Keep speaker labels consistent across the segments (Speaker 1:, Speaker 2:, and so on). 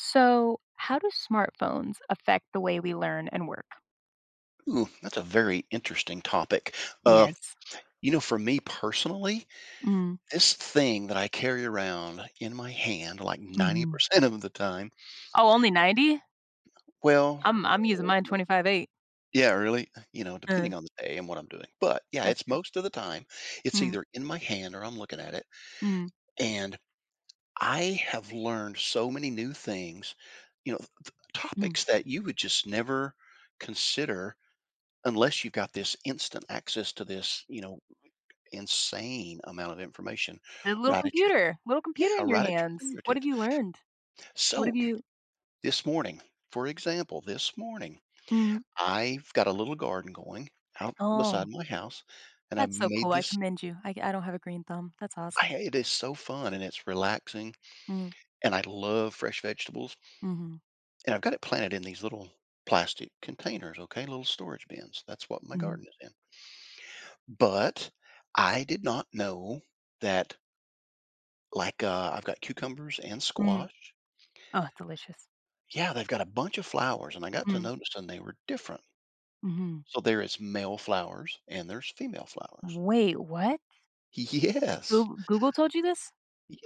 Speaker 1: So, how do smartphones affect the way we learn and work?
Speaker 2: Ooh, that's a very interesting topic. Uh,
Speaker 1: Yes.
Speaker 2: you know, for me personally,
Speaker 1: Mm,
Speaker 2: this thing that I carry around in my hand like
Speaker 1: mhm.
Speaker 2: 90% of the time,
Speaker 1: Oh, only 90?
Speaker 2: well,
Speaker 1: I'm using mine 25/8.
Speaker 2: yeah, really, you know,
Speaker 1: Uh,
Speaker 2: depending on the day and what I'm doing. But yeah,
Speaker 1: that's
Speaker 2: it's
Speaker 1: true.
Speaker 2: most of the time, it's
Speaker 1: Mhm,
Speaker 2: either in my hand or I'm looking at it.
Speaker 1: mhm,
Speaker 2: And I have learned so many new things, you know,
Speaker 1: mhm.
Speaker 2: topics that you would just never consider unless you've got this instant access to this, you know, insane amount of information
Speaker 1: The
Speaker 2: right Right. at your
Speaker 1: little computer
Speaker 2: yeah,
Speaker 1: in your
Speaker 2: right at your
Speaker 1: hands. What have
Speaker 2: fingertips.
Speaker 1: you learned? What have
Speaker 2: So
Speaker 1: you
Speaker 2: this morning, for example,
Speaker 1: mhm.
Speaker 2: I've got a little garden going out beside
Speaker 1: Oh,
Speaker 2: my house, and I've
Speaker 1: that's so
Speaker 2: made
Speaker 1: cool. I
Speaker 2: this.
Speaker 1: commend you. I don't have a green thumb. That's awesome.
Speaker 2: It is so fun and it's relaxing,
Speaker 1: Mm,
Speaker 2: and I love fresh vegetables.
Speaker 1: mhm,
Speaker 2: And I've got it planted in these little plastic containers, okay, little storage bins. That's what my
Speaker 1: mhm,
Speaker 2: garden is in. But I did not know that, like, I've got cucumbers and
Speaker 1: mhm.
Speaker 2: squash.
Speaker 1: Oh, delicious.
Speaker 2: Yeah, they've got a bunch of flowers, and I got to
Speaker 1: Mm,
Speaker 2: noticing they were different.
Speaker 1: mhm.
Speaker 2: So there is male flowers and there's female flowers.
Speaker 1: Wait, what?
Speaker 2: Yes.
Speaker 1: Google told you this?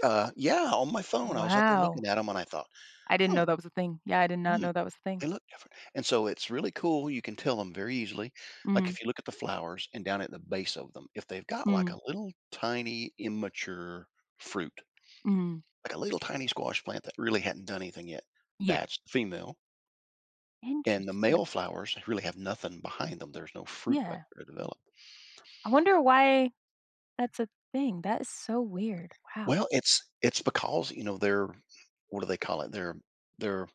Speaker 2: Yeah, on my phone, I was up there
Speaker 1: Wow.
Speaker 2: looking at them and I thought,
Speaker 1: I didn't
Speaker 2: huh,
Speaker 1: know that was a thing. Yeah, I did not
Speaker 2: hmm,
Speaker 1: know that was a thing.
Speaker 2: they look different. And so it's really cool. You can tell them very easily. Like
Speaker 1: Mhm,
Speaker 2: if you look at the flowers and down at the base of them, if they've got like
Speaker 1: mhm,
Speaker 2: a little tiny immature fruit,
Speaker 1: mhm.
Speaker 2: like a little tiny squash plant that really hadn't done anything yet,
Speaker 1: Yes.
Speaker 2: that's the female. And the
Speaker 1: Interesting.
Speaker 2: male flowers really have nothing behind them. There's no fruit back
Speaker 1: Yeah.
Speaker 2: there to develop.
Speaker 1: I wonder why that's a thing. That is so weird. Wow.
Speaker 2: Well, it's because, you know, they're what do they call it? Their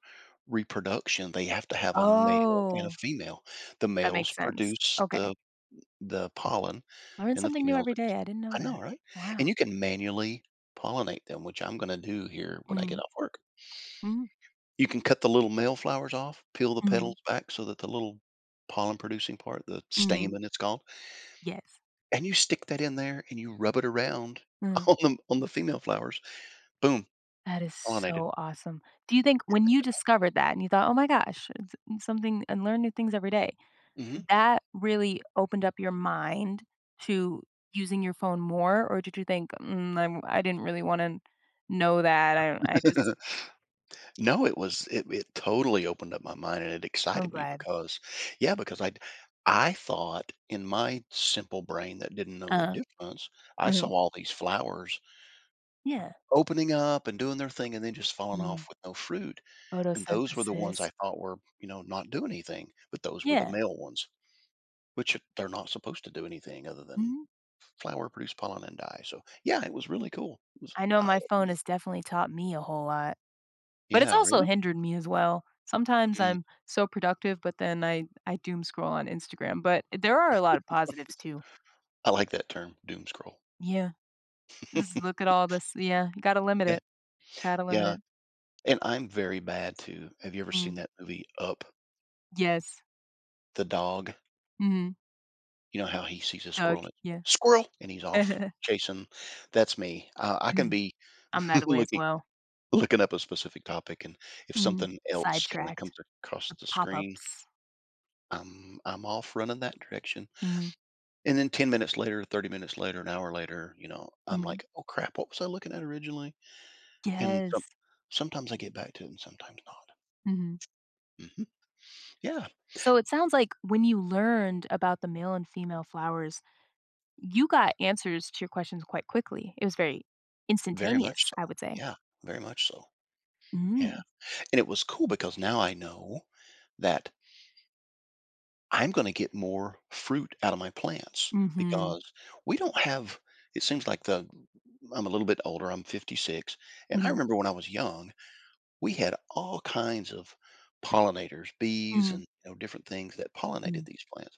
Speaker 2: reproduction, they have to have a male and a
Speaker 1: Oh,
Speaker 2: female. The
Speaker 1: that
Speaker 2: males
Speaker 1: makes sense.
Speaker 2: produce
Speaker 1: Okay.
Speaker 2: the pollen
Speaker 1: Learn
Speaker 2: and the
Speaker 1: something new
Speaker 2: females,
Speaker 1: every day. I didn't know
Speaker 2: I know,
Speaker 1: that.
Speaker 2: right? And
Speaker 1: Wow.
Speaker 2: you can manually pollinate them, which I'm gonna do here when I get
Speaker 1: Mm,
Speaker 2: off work.
Speaker 1: mhm,
Speaker 2: You can cut the little male flowers off, peel the
Speaker 1: mhm,
Speaker 2: petals back so that the little pollen producing part, the
Speaker 1: mhm.
Speaker 2: stamen it's called,
Speaker 1: Yes.
Speaker 2: and you stick that in there and you rub it around
Speaker 1: Mm.
Speaker 2: on the female flowers. Boom,
Speaker 1: That is
Speaker 2: pollinated.
Speaker 1: so awesome. Do you think when you discovered that and you thought, "Oh my gosh, it's something and learn new things every day,"
Speaker 2: Mhm.
Speaker 1: that really opened up your mind to using your phone more, or did you think, "Mm, I didn't really wanna know that, I just"?
Speaker 2: No, it was it totally opened up my mind and it
Speaker 1: I'm
Speaker 2: excited me
Speaker 1: glad.
Speaker 2: because yeah, because I thought in my simple brain that didn't know the
Speaker 1: Uh-huh.
Speaker 2: difference, I saw
Speaker 1: Mhm.
Speaker 2: all these flowers
Speaker 1: Yeah.
Speaker 2: opening up and doing their thing and then just falling
Speaker 1: Mm.
Speaker 2: off with no fruit. And those were the
Speaker 1: Photosynthesis.
Speaker 2: ones I thought were, you know, not doing anything, but those were the
Speaker 1: Yeah.
Speaker 2: male ones, which they're not supposed to do anything other than
Speaker 1: Mhm.
Speaker 2: flower, produce pollen, and die. So yeah, it was really cool. It was
Speaker 1: I know my phone
Speaker 2: eye-opening.
Speaker 1: has definitely taught me a whole lot, but it's
Speaker 2: Yeah,
Speaker 1: also
Speaker 2: really?
Speaker 1: hindered me as well. Sometimes
Speaker 2: Mm,
Speaker 1: I'm so productive, but then I doom scroll on Instagram, but there are a lot of positives too.
Speaker 2: I like that term, doom scroll.
Speaker 1: Yeah. Just look at all this, yeah, you gotta limit
Speaker 2: Yeah.
Speaker 1: it. Gotta limit
Speaker 2: Yeah.
Speaker 1: it.
Speaker 2: And I'm very bad too. Have you ever seen
Speaker 1: Mm.
Speaker 2: that movie Up?
Speaker 1: Yes.
Speaker 2: The dog,
Speaker 1: Mhm.
Speaker 2: you know how he sees a
Speaker 1: Doug,
Speaker 2: squirrel and
Speaker 1: yeah.
Speaker 2: it's, squirrel, and he's off chasing. That's me. I can
Speaker 1: Mhm.
Speaker 2: be
Speaker 1: I'm that way as
Speaker 2: looking
Speaker 1: well.
Speaker 2: looking up a specific topic, and if
Speaker 1: Mhm.
Speaker 2: something else kind of comes
Speaker 1: Sidetracked.
Speaker 2: across
Speaker 1: The
Speaker 2: the screen,
Speaker 1: pop-ups.
Speaker 2: I'm off running that direction.
Speaker 1: Mhm.
Speaker 2: And then 10 minutes later, 30 minutes later, an hour later, you know, I'm
Speaker 1: Mhm.
Speaker 2: like, oh crap, what was I looking at originally? And some,
Speaker 1: Yes.
Speaker 2: Sometimes I get back to it, and sometimes not.
Speaker 1: Mhm.
Speaker 2: Hmm. Yeah,
Speaker 1: So it sounds like when you learned about the male and female flowers, you got answers to your questions quite quickly. It was very
Speaker 2: very much
Speaker 1: instantaneous, I
Speaker 2: so.
Speaker 1: would say.
Speaker 2: Yeah, very much so. Yeah.
Speaker 1: Mm.
Speaker 2: And it was cool because now I know that I'm going to get more fruit out of my plants
Speaker 1: Mhm.
Speaker 2: because we don't have, it seems like I'm a little bit older, I'm 56. And I
Speaker 1: Mhm.
Speaker 2: remember when I was young, we had all kinds of pollinators, bees,
Speaker 1: Mhm.
Speaker 2: and you know, different things that
Speaker 1: Mm.
Speaker 2: pollinated these plants.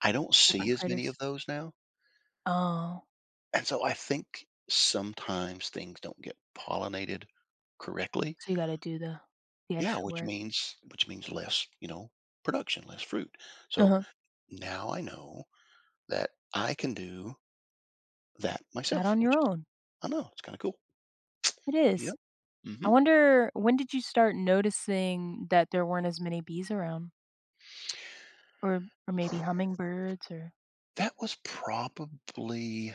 Speaker 2: I don't see
Speaker 1: Different
Speaker 2: as many
Speaker 1: critters.
Speaker 2: of those now.
Speaker 1: Oh,
Speaker 2: And so I think sometimes things don't get pollinated correctly,
Speaker 1: so you gotta do the
Speaker 2: yeah
Speaker 1: extra
Speaker 2: which
Speaker 1: work.
Speaker 2: means, which means less you know, production, less fruit, so
Speaker 1: Uh-huh.
Speaker 2: now I know that I can do that
Speaker 1: Out
Speaker 2: myself,
Speaker 1: on your
Speaker 2: which is,
Speaker 1: own.
Speaker 2: I know, it's kinda cool.
Speaker 1: It
Speaker 2: Yep,
Speaker 1: is. I
Speaker 2: mhm.
Speaker 1: wonder, when did you start noticing that there weren't as many bees around, or or maybe hummingbirds, or
Speaker 2: That was probably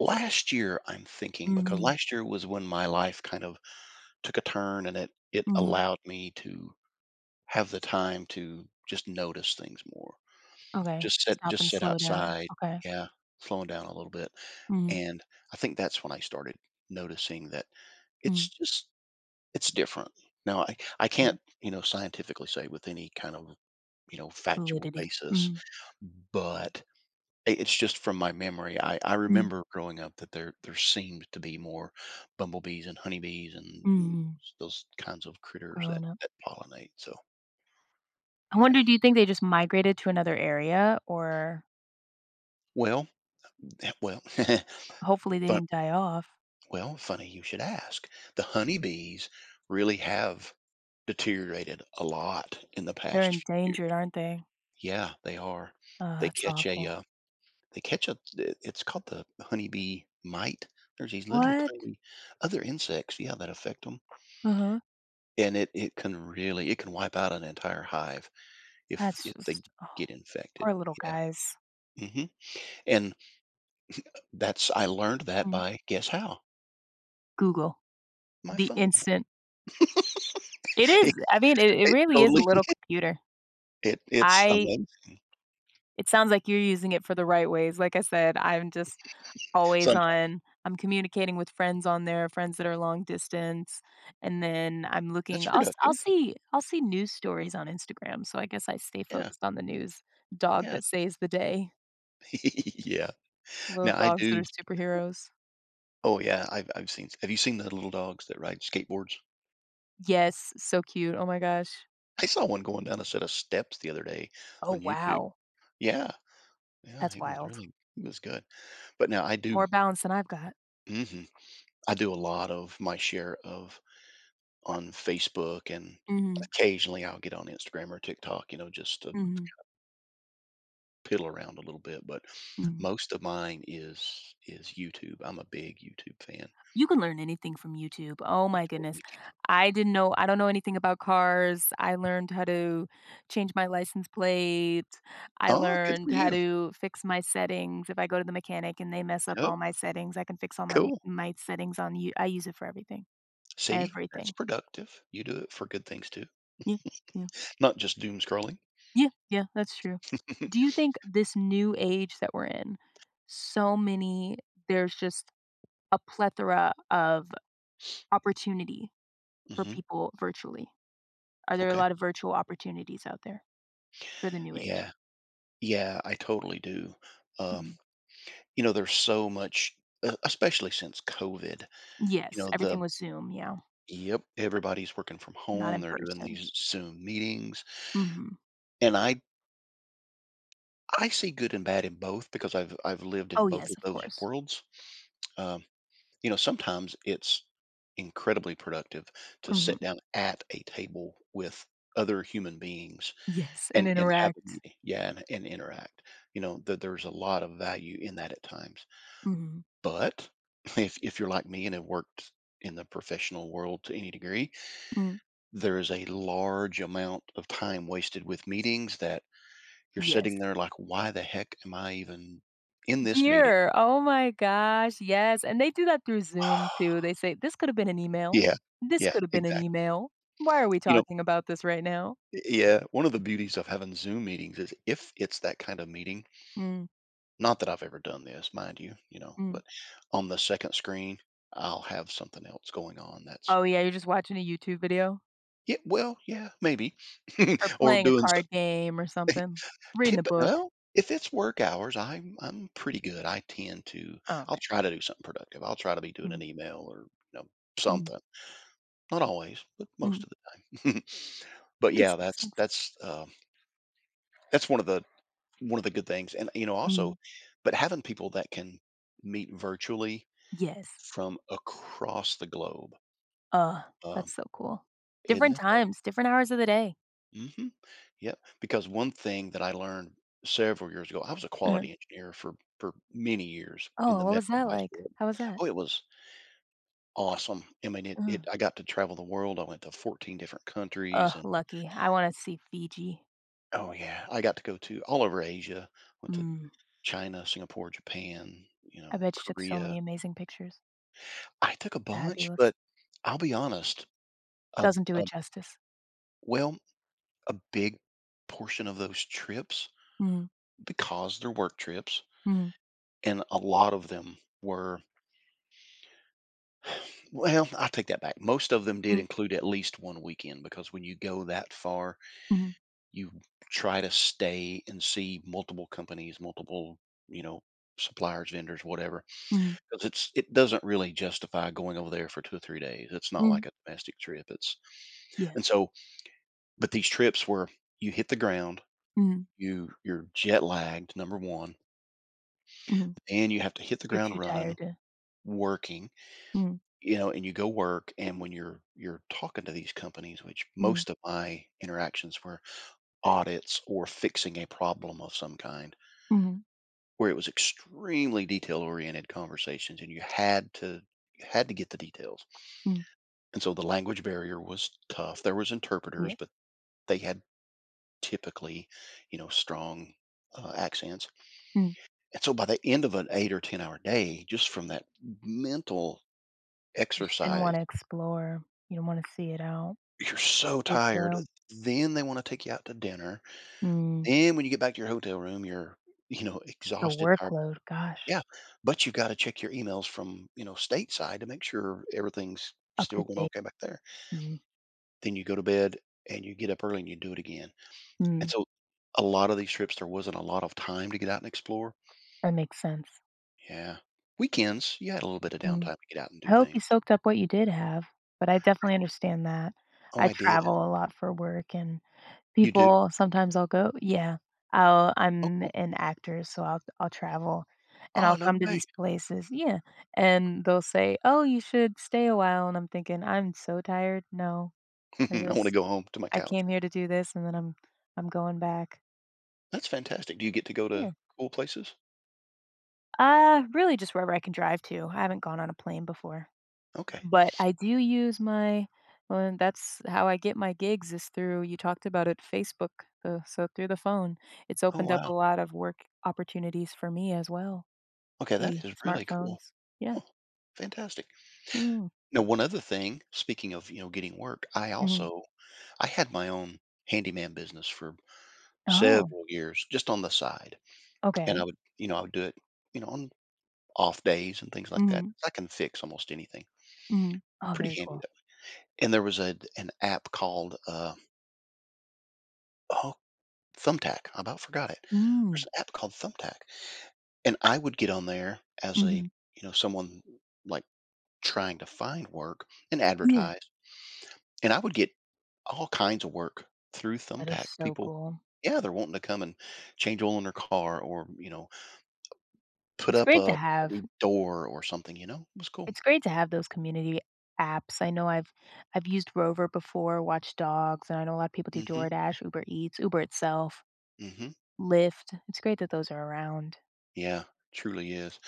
Speaker 2: last year, I'm thinking, because
Speaker 1: mhm,
Speaker 2: last year was when my life kind of took a turn and it
Speaker 1: mhm.
Speaker 2: allowed me to have the time to just notice things more.
Speaker 1: Okay, stop
Speaker 2: Just
Speaker 1: and
Speaker 2: sit
Speaker 1: slow down.
Speaker 2: outside,
Speaker 1: Okay.
Speaker 2: yeah, slowing down a little bit,
Speaker 1: Mhm,
Speaker 2: and I think that's when I started noticing that
Speaker 1: mhm.
Speaker 2: it's just It's different. Now, I
Speaker 1: Yeah,
Speaker 2: can't, you know, scientifically say with any kind of, you know, factual
Speaker 1: fluidity.
Speaker 2: basis,
Speaker 1: Mhm,
Speaker 2: but I it's just from my memory. I
Speaker 1: mhm,
Speaker 2: remember growing up that there seemed to be more bumblebees and honeybees and th
Speaker 1: mhm.
Speaker 2: those kinds of critters that
Speaker 1: Growing up.
Speaker 2: pollinate, so,
Speaker 1: I
Speaker 2: yeah.
Speaker 1: wonder, do you think they just migrated to another area, or
Speaker 2: Well, well,
Speaker 1: hopefully they
Speaker 2: fun
Speaker 1: didn't die off?
Speaker 2: well, funny you should ask. The honeybees really have deteriorated a lot in the
Speaker 1: They're
Speaker 2: past few years.
Speaker 1: endangered, aren't they?
Speaker 2: Yeah, they are.
Speaker 1: Oh,
Speaker 2: They
Speaker 1: that's
Speaker 2: catch a,
Speaker 1: awful.
Speaker 2: uh They catch a, it's called the honeybee mite. There's these little
Speaker 1: What?
Speaker 2: tiny other insects, yeah, that affect them.
Speaker 1: Uh-huh.
Speaker 2: And it can really, it can wipe out an entire hive if
Speaker 1: That's
Speaker 2: they
Speaker 1: just, oh,
Speaker 2: get infected.
Speaker 1: poor little
Speaker 2: Yeah.
Speaker 1: guys.
Speaker 2: Mhm. And that's, I learned that
Speaker 1: Mm.
Speaker 2: by guess how?
Speaker 1: Google,
Speaker 2: My
Speaker 1: the
Speaker 2: phone.
Speaker 1: instant. It is.
Speaker 2: It
Speaker 1: I mean, it
Speaker 2: it
Speaker 1: really is a
Speaker 2: totally,
Speaker 1: little computer.
Speaker 2: it's
Speaker 1: I
Speaker 2: amazing.
Speaker 1: it sounds like you're using it for the right ways. Like I said, I'm just always
Speaker 2: Sometimes
Speaker 1: on. I'm communicating with friends on there, friends that are long distance, and then I'm
Speaker 2: that's
Speaker 1: looking,
Speaker 2: productive.
Speaker 1: I'll see news stories on Instagram, so I guess I stay
Speaker 2: Yeah,
Speaker 1: focused on the news. Dog
Speaker 2: yeah.
Speaker 1: that saves the day.
Speaker 2: Yeah.
Speaker 1: Little
Speaker 2: Now I
Speaker 1: dogs that are
Speaker 2: do,
Speaker 1: superheroes.
Speaker 2: oh, yeah, I've seen, have you seen the little dogs that ride skateboards?
Speaker 1: Yes, so cute. Oh my gosh.
Speaker 2: I saw one going down a set of steps the other day
Speaker 1: Oh,
Speaker 2: on YouTube.
Speaker 1: wow.
Speaker 2: Yeah, yeah,
Speaker 1: That's
Speaker 2: he was
Speaker 1: wild.
Speaker 2: really, he was good. But now I do,
Speaker 1: More balance than I've got.
Speaker 2: mhm, I do a lot of my share of on Facebook, and
Speaker 1: Mhm,
Speaker 2: occasionally I'll get on Instagram or TikTok, you know, just to
Speaker 1: mhm,
Speaker 2: piddle around a little bit, but
Speaker 1: mhm.
Speaker 2: most of mine is YouTube. I'm a big YouTube fan.
Speaker 1: You can learn anything from YouTube. Oh
Speaker 2: You
Speaker 1: my goodness.
Speaker 2: totally can.
Speaker 1: I don't know anything about cars. I learned how to change my license plate. I
Speaker 2: Oh, good
Speaker 1: learned
Speaker 2: for
Speaker 1: how
Speaker 2: you.
Speaker 1: to fix my settings. If I go to the mechanic and they mess up
Speaker 2: Yep,
Speaker 1: all my settings, I can fix all
Speaker 2: cool.
Speaker 1: my settings on you. I use it for everything.
Speaker 2: See, that's
Speaker 1: Everything.
Speaker 2: productive. You do it for good things too,
Speaker 1: Yeah. Yeah.
Speaker 2: not just doom scrolling.
Speaker 1: Yeah. Yeah, that's true. Do you think this new age that we're in, so many there's just a plethora of opportunity for
Speaker 2: Mhm,
Speaker 1: people virtually? Are there a
Speaker 2: okay.
Speaker 1: lot of virtual opportunities out there for the new age?
Speaker 2: Yeah. Yeah, I totally do. Um,
Speaker 1: Mm.
Speaker 2: you know, there's so much, especially since COVID. You
Speaker 1: Yes,
Speaker 2: know,
Speaker 1: everything
Speaker 2: the
Speaker 1: was Zoom, yeah,
Speaker 2: yep, everybody's working from
Speaker 1: not
Speaker 2: home.
Speaker 1: in
Speaker 2: They're doing
Speaker 1: person.
Speaker 2: these Zoom meetings,
Speaker 1: Mhm.
Speaker 2: and I see good and bad in both because I've lived in
Speaker 1: Oh,
Speaker 2: both
Speaker 1: yes,
Speaker 2: of
Speaker 1: of
Speaker 2: those
Speaker 1: course.
Speaker 2: worlds. Um, you know, sometimes it's incredibly productive to
Speaker 1: Mhm.
Speaker 2: sit down at a table with other human beings
Speaker 1: Yes, and
Speaker 2: and have a
Speaker 1: interact.
Speaker 2: meeting, yeah, and interact. You know, that there's a lot of value in that at times.
Speaker 1: Mhm.
Speaker 2: But if you're like me and have worked in the professional world to any degree,
Speaker 1: Mm.
Speaker 2: there is a large amount of time wasted with meetings that you're
Speaker 1: Yes,
Speaker 2: sitting there like, why the heck am I even in this meeting?
Speaker 1: here. Oh my gosh, yes, and they do that through Zoom too. They say, "This could have been an email.
Speaker 2: Yeah,
Speaker 1: This
Speaker 2: yeah,
Speaker 1: could have been an
Speaker 2: exactly.
Speaker 1: email. Why are we
Speaker 2: You know,
Speaker 1: talking about this right now?"
Speaker 2: yeah, one of the beauties of having Zoom meetings is if it's that kind of meeting,
Speaker 1: Mm,
Speaker 2: not that I've ever done this, mind you, you know,
Speaker 1: mm.
Speaker 2: but on the second screen, I'll have something else going on that's
Speaker 1: Oh, yeah, you're just watching a YouTube video
Speaker 2: yeah, well, yeah, maybe,
Speaker 1: or
Speaker 2: or
Speaker 1: playing a
Speaker 2: doing
Speaker 1: card
Speaker 2: something.
Speaker 1: game or something, reading a
Speaker 2: Tip
Speaker 1: book.
Speaker 2: Well, if it's work hours, I'm pretty good. I tend to,
Speaker 1: Oh,
Speaker 2: I'll
Speaker 1: okay.
Speaker 2: try to do something productive. I'll try to be doing
Speaker 1: Mm,
Speaker 2: an email or, you know,
Speaker 1: mm,
Speaker 2: something. Not always, but most
Speaker 1: mm.
Speaker 2: of the time. But
Speaker 1: Makes
Speaker 2: yeah,
Speaker 1: some
Speaker 2: that's
Speaker 1: sense.
Speaker 2: that's, uh, that's one of the good things, and, you know, also
Speaker 1: Mhm.
Speaker 2: but having people that can meet virtually
Speaker 1: Yes.
Speaker 2: from across the globe,
Speaker 1: Ugh,
Speaker 2: um,
Speaker 1: that's so cool.
Speaker 2: isn't
Speaker 1: Different
Speaker 2: it,
Speaker 1: times, different hours of the day.
Speaker 2: though? Mhm. Yep, because one thing that I learned several years ago, I was a
Speaker 1: Uh-huh.
Speaker 2: quality engineer for many years in
Speaker 1: "Oh,
Speaker 2: the
Speaker 1: what was
Speaker 2: medical
Speaker 1: that
Speaker 2: device
Speaker 1: like?
Speaker 2: world.
Speaker 1: How was that?"
Speaker 2: Oh, it was awesome. I mean, it,
Speaker 1: Uh-huh.
Speaker 2: it I got to travel the world. I went to 14 different countries and
Speaker 1: Lucky. I wanna see Fiji.
Speaker 2: oh yeah, I got to go to all over Asia. Went to
Speaker 1: Mm.
Speaker 2: China, Singapore, Japan, you
Speaker 1: I
Speaker 2: know,
Speaker 1: bet you took so
Speaker 2: Korea.
Speaker 1: many amazing pictures.
Speaker 2: I took a bunch,
Speaker 1: Fabulous.
Speaker 2: but I'll be honest, a,
Speaker 1: Doesn't do
Speaker 2: a
Speaker 1: it justice.
Speaker 2: well, a big portion of those trips
Speaker 1: Mhm,
Speaker 2: because they're work trips
Speaker 1: mhm,
Speaker 2: and a lot of them were. Well, I take that back. Most of them did
Speaker 1: mm,
Speaker 2: include at least one weekend because when you go that far,
Speaker 1: mhm,
Speaker 2: you try to stay and see multiple companies, multiple, you know, suppliers, vendors, whatever.
Speaker 1: mhm,
Speaker 2: Because it doesn't really justify going over there for 2 or 3 days. It's not
Speaker 1: mhm,
Speaker 2: like a domestic trip.
Speaker 1: yeah,
Speaker 2: And so, but these trips where you hit the ground,
Speaker 1: mhm,
Speaker 2: you're jet lagged, number one,
Speaker 1: mhm.
Speaker 2: and you have to hit the
Speaker 1: You're
Speaker 2: ground
Speaker 1: too
Speaker 2: running,
Speaker 1: tired to
Speaker 2: working,
Speaker 1: mhm,
Speaker 2: you know, and you go work and when you're talking to these companies, which
Speaker 1: mhm,
Speaker 2: most of my interactions were audits or fixing a problem of some kind,
Speaker 1: mhm,
Speaker 2: where it was extremely detail oriented conversations and you had to get the details.
Speaker 1: mhm,
Speaker 2: And so the language barrier was tough. There was
Speaker 1: yeah,
Speaker 2: interpreters, but they had typically, you know, strong accents.
Speaker 1: mm.
Speaker 2: And so by the end of an eight or 10-hour day, just from that mental
Speaker 1: You just didn't
Speaker 2: exercise,
Speaker 1: wanna explore. You do not wanna see it out,
Speaker 2: you're so
Speaker 1: see it
Speaker 2: tired.
Speaker 1: through.
Speaker 2: Then they wanna take you out to dinner.
Speaker 1: Mm.
Speaker 2: And when you get back to your hotel room, you know,
Speaker 1: The
Speaker 2: exhausted, tired.
Speaker 1: workload, gosh,
Speaker 2: Yeah, but you gotta check your emails from, you know, stateside to make sure everything's
Speaker 1: up to
Speaker 2: still going
Speaker 1: date.
Speaker 2: okay back there.
Speaker 1: Mm,
Speaker 2: Then you go to bed and you get up early and you do it again.
Speaker 1: mm,
Speaker 2: And so a lot of these trips, there wasn't a lot of time to get out and explore.
Speaker 1: that makes sense.
Speaker 2: Yeah. Weekends, you had a little bit of
Speaker 1: Mm.
Speaker 2: downtime to get out and
Speaker 1: I
Speaker 2: do
Speaker 1: hope you
Speaker 2: things.
Speaker 1: soaked up what you did have, but I definitely understand that.
Speaker 2: Oh,
Speaker 1: I
Speaker 2: I did.
Speaker 1: travel a lot for work and
Speaker 2: You do?
Speaker 1: people sometimes I'll go, yeah,
Speaker 2: Oh,
Speaker 1: I'm
Speaker 2: cool.
Speaker 1: an actor, so I'll travel and
Speaker 2: Oh,
Speaker 1: I'll
Speaker 2: no
Speaker 1: come to
Speaker 2: way.
Speaker 1: these places, yeah, and they'll say, "Oh, you should stay a while," and I'm thinking, "I'm so tired. No, I
Speaker 2: I wanna
Speaker 1: just
Speaker 2: go home to my
Speaker 1: I
Speaker 2: couch.
Speaker 1: came here to do this and then I'm going back."
Speaker 2: That's fantastic. Do you get to go
Speaker 1: Yeah.
Speaker 2: to cool places?
Speaker 1: Really just wherever I can drive to. I haven't gone on a plane before,
Speaker 2: Okay.
Speaker 1: but I do use my, well, and that's how I get my gigs is through, you talked about it, Facebook, so through the phone. It's
Speaker 2: Oh,
Speaker 1: opened up
Speaker 2: wow.
Speaker 1: a lot of work opportunities for me as well,
Speaker 2: Okay,
Speaker 1: the
Speaker 2: that is really cool.
Speaker 1: smartphones. Yeah.
Speaker 2: Huh, fantastic.
Speaker 1: Mm,
Speaker 2: Now, one other thing, speaking of, you know, getting work, I
Speaker 1: mhm.
Speaker 2: also, I had my own handyman business for
Speaker 1: Oh,
Speaker 2: several years just on the side. And I
Speaker 1: okay.
Speaker 2: would, you know, I would do it, you know, on off days and things like that.
Speaker 1: Mhm,
Speaker 2: I can fix almost anything.
Speaker 1: mhm. Oh,
Speaker 2: Pretty
Speaker 1: very
Speaker 2: handy
Speaker 1: cool.
Speaker 2: though. And there was a an app called oh, Thumbtack. I about forgot it. There's
Speaker 1: Mm,
Speaker 2: an app called Thumbtack. And I would get on there as you
Speaker 1: mhm.
Speaker 2: know, someone like trying to find work and
Speaker 1: Yeah.
Speaker 2: advertise. And I would get all kinds of work through
Speaker 1: That is
Speaker 2: Thumbtack.
Speaker 1: so
Speaker 2: People,
Speaker 1: cool.
Speaker 2: yeah, they're wanting to come and change oil in their car or, you know, put
Speaker 1: It's
Speaker 2: up
Speaker 1: great to
Speaker 2: a
Speaker 1: have.
Speaker 2: new door or something, you know, it was cool.
Speaker 1: It's great to have those community apps. I know I've used Rover before, Watch Dogs, and I know a lot of people do
Speaker 2: Hmm,
Speaker 1: DoorDash, Uber Eats, Uber itself,
Speaker 2: hmm.
Speaker 1: Lyft. It's great that those are around.
Speaker 2: Yeah, truly is.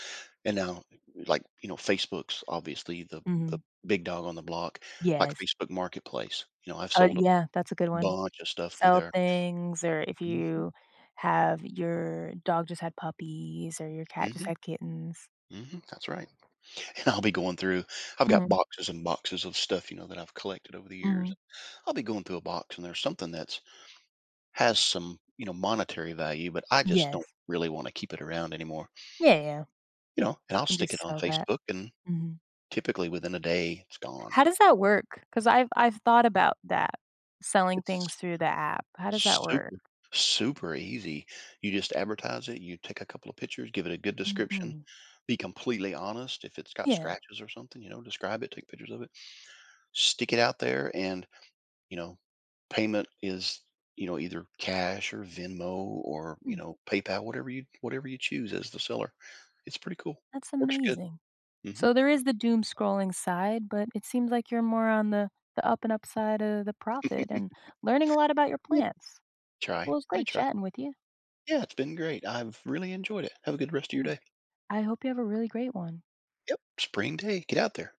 Speaker 2: And now, like, you know, Facebook's obviously
Speaker 1: Mhm.
Speaker 2: the big dog on the block, like
Speaker 1: Yes.
Speaker 2: Facebook Marketplace. You know, I've sold a
Speaker 1: Yeah, that's a good one.
Speaker 2: bunch of stuff through
Speaker 1: Sell
Speaker 2: there.
Speaker 1: things, or if
Speaker 2: Hmm,
Speaker 1: you have your dog just had puppies or your cat just
Speaker 2: hmm,
Speaker 1: had kittens.
Speaker 2: hmm. That's right. And I'll be going through. I've got
Speaker 1: Mhm,
Speaker 2: boxes and boxes of stuff, you know, that I've collected over the years.
Speaker 1: mhm.
Speaker 2: I'll be going through a box and there's something that's has some, you know, monetary value, but I just don't
Speaker 1: Yes.
Speaker 2: really want to keep it around anymore.
Speaker 1: Yeah, yeah,
Speaker 2: You know, and I'll
Speaker 1: and
Speaker 2: stick
Speaker 1: just
Speaker 2: it on
Speaker 1: sell that.
Speaker 2: Facebook and
Speaker 1: Mhm.
Speaker 2: typically within a day it's gone.
Speaker 1: How does that work? Because I 'Cause I've thought about that, selling things
Speaker 2: It's
Speaker 1: through the app. How does that work?
Speaker 2: super super easy. You just advertise it, you take a couple of pictures, give it a good description,
Speaker 1: Mhm.
Speaker 2: be completely honest if it's got
Speaker 1: Yeah.
Speaker 2: scratches or something, you know, describe it, take pictures of it, stick it out there and you know, payment is, you know, either cash or Venmo or, you
Speaker 1: Hmm,
Speaker 2: know, PayPal, whatever you choose as the seller. It's pretty cool.
Speaker 1: that's
Speaker 2: Works good.
Speaker 1: amazing.
Speaker 2: Hmm.
Speaker 1: So there is the doom scrolling side, but it seems like you're more on the up and up side of the profit and learning a lot about your
Speaker 2: Yeah.
Speaker 1: plants.
Speaker 2: Try.
Speaker 1: Well, it was
Speaker 2: I
Speaker 1: great
Speaker 2: try.
Speaker 1: chatting with you.
Speaker 2: Yeah, it's been great. I've really enjoyed it. Have a good rest of your
Speaker 1: Mm.
Speaker 2: day.
Speaker 1: I hope you have a really great one.
Speaker 2: Yep. Spring day. Get out there.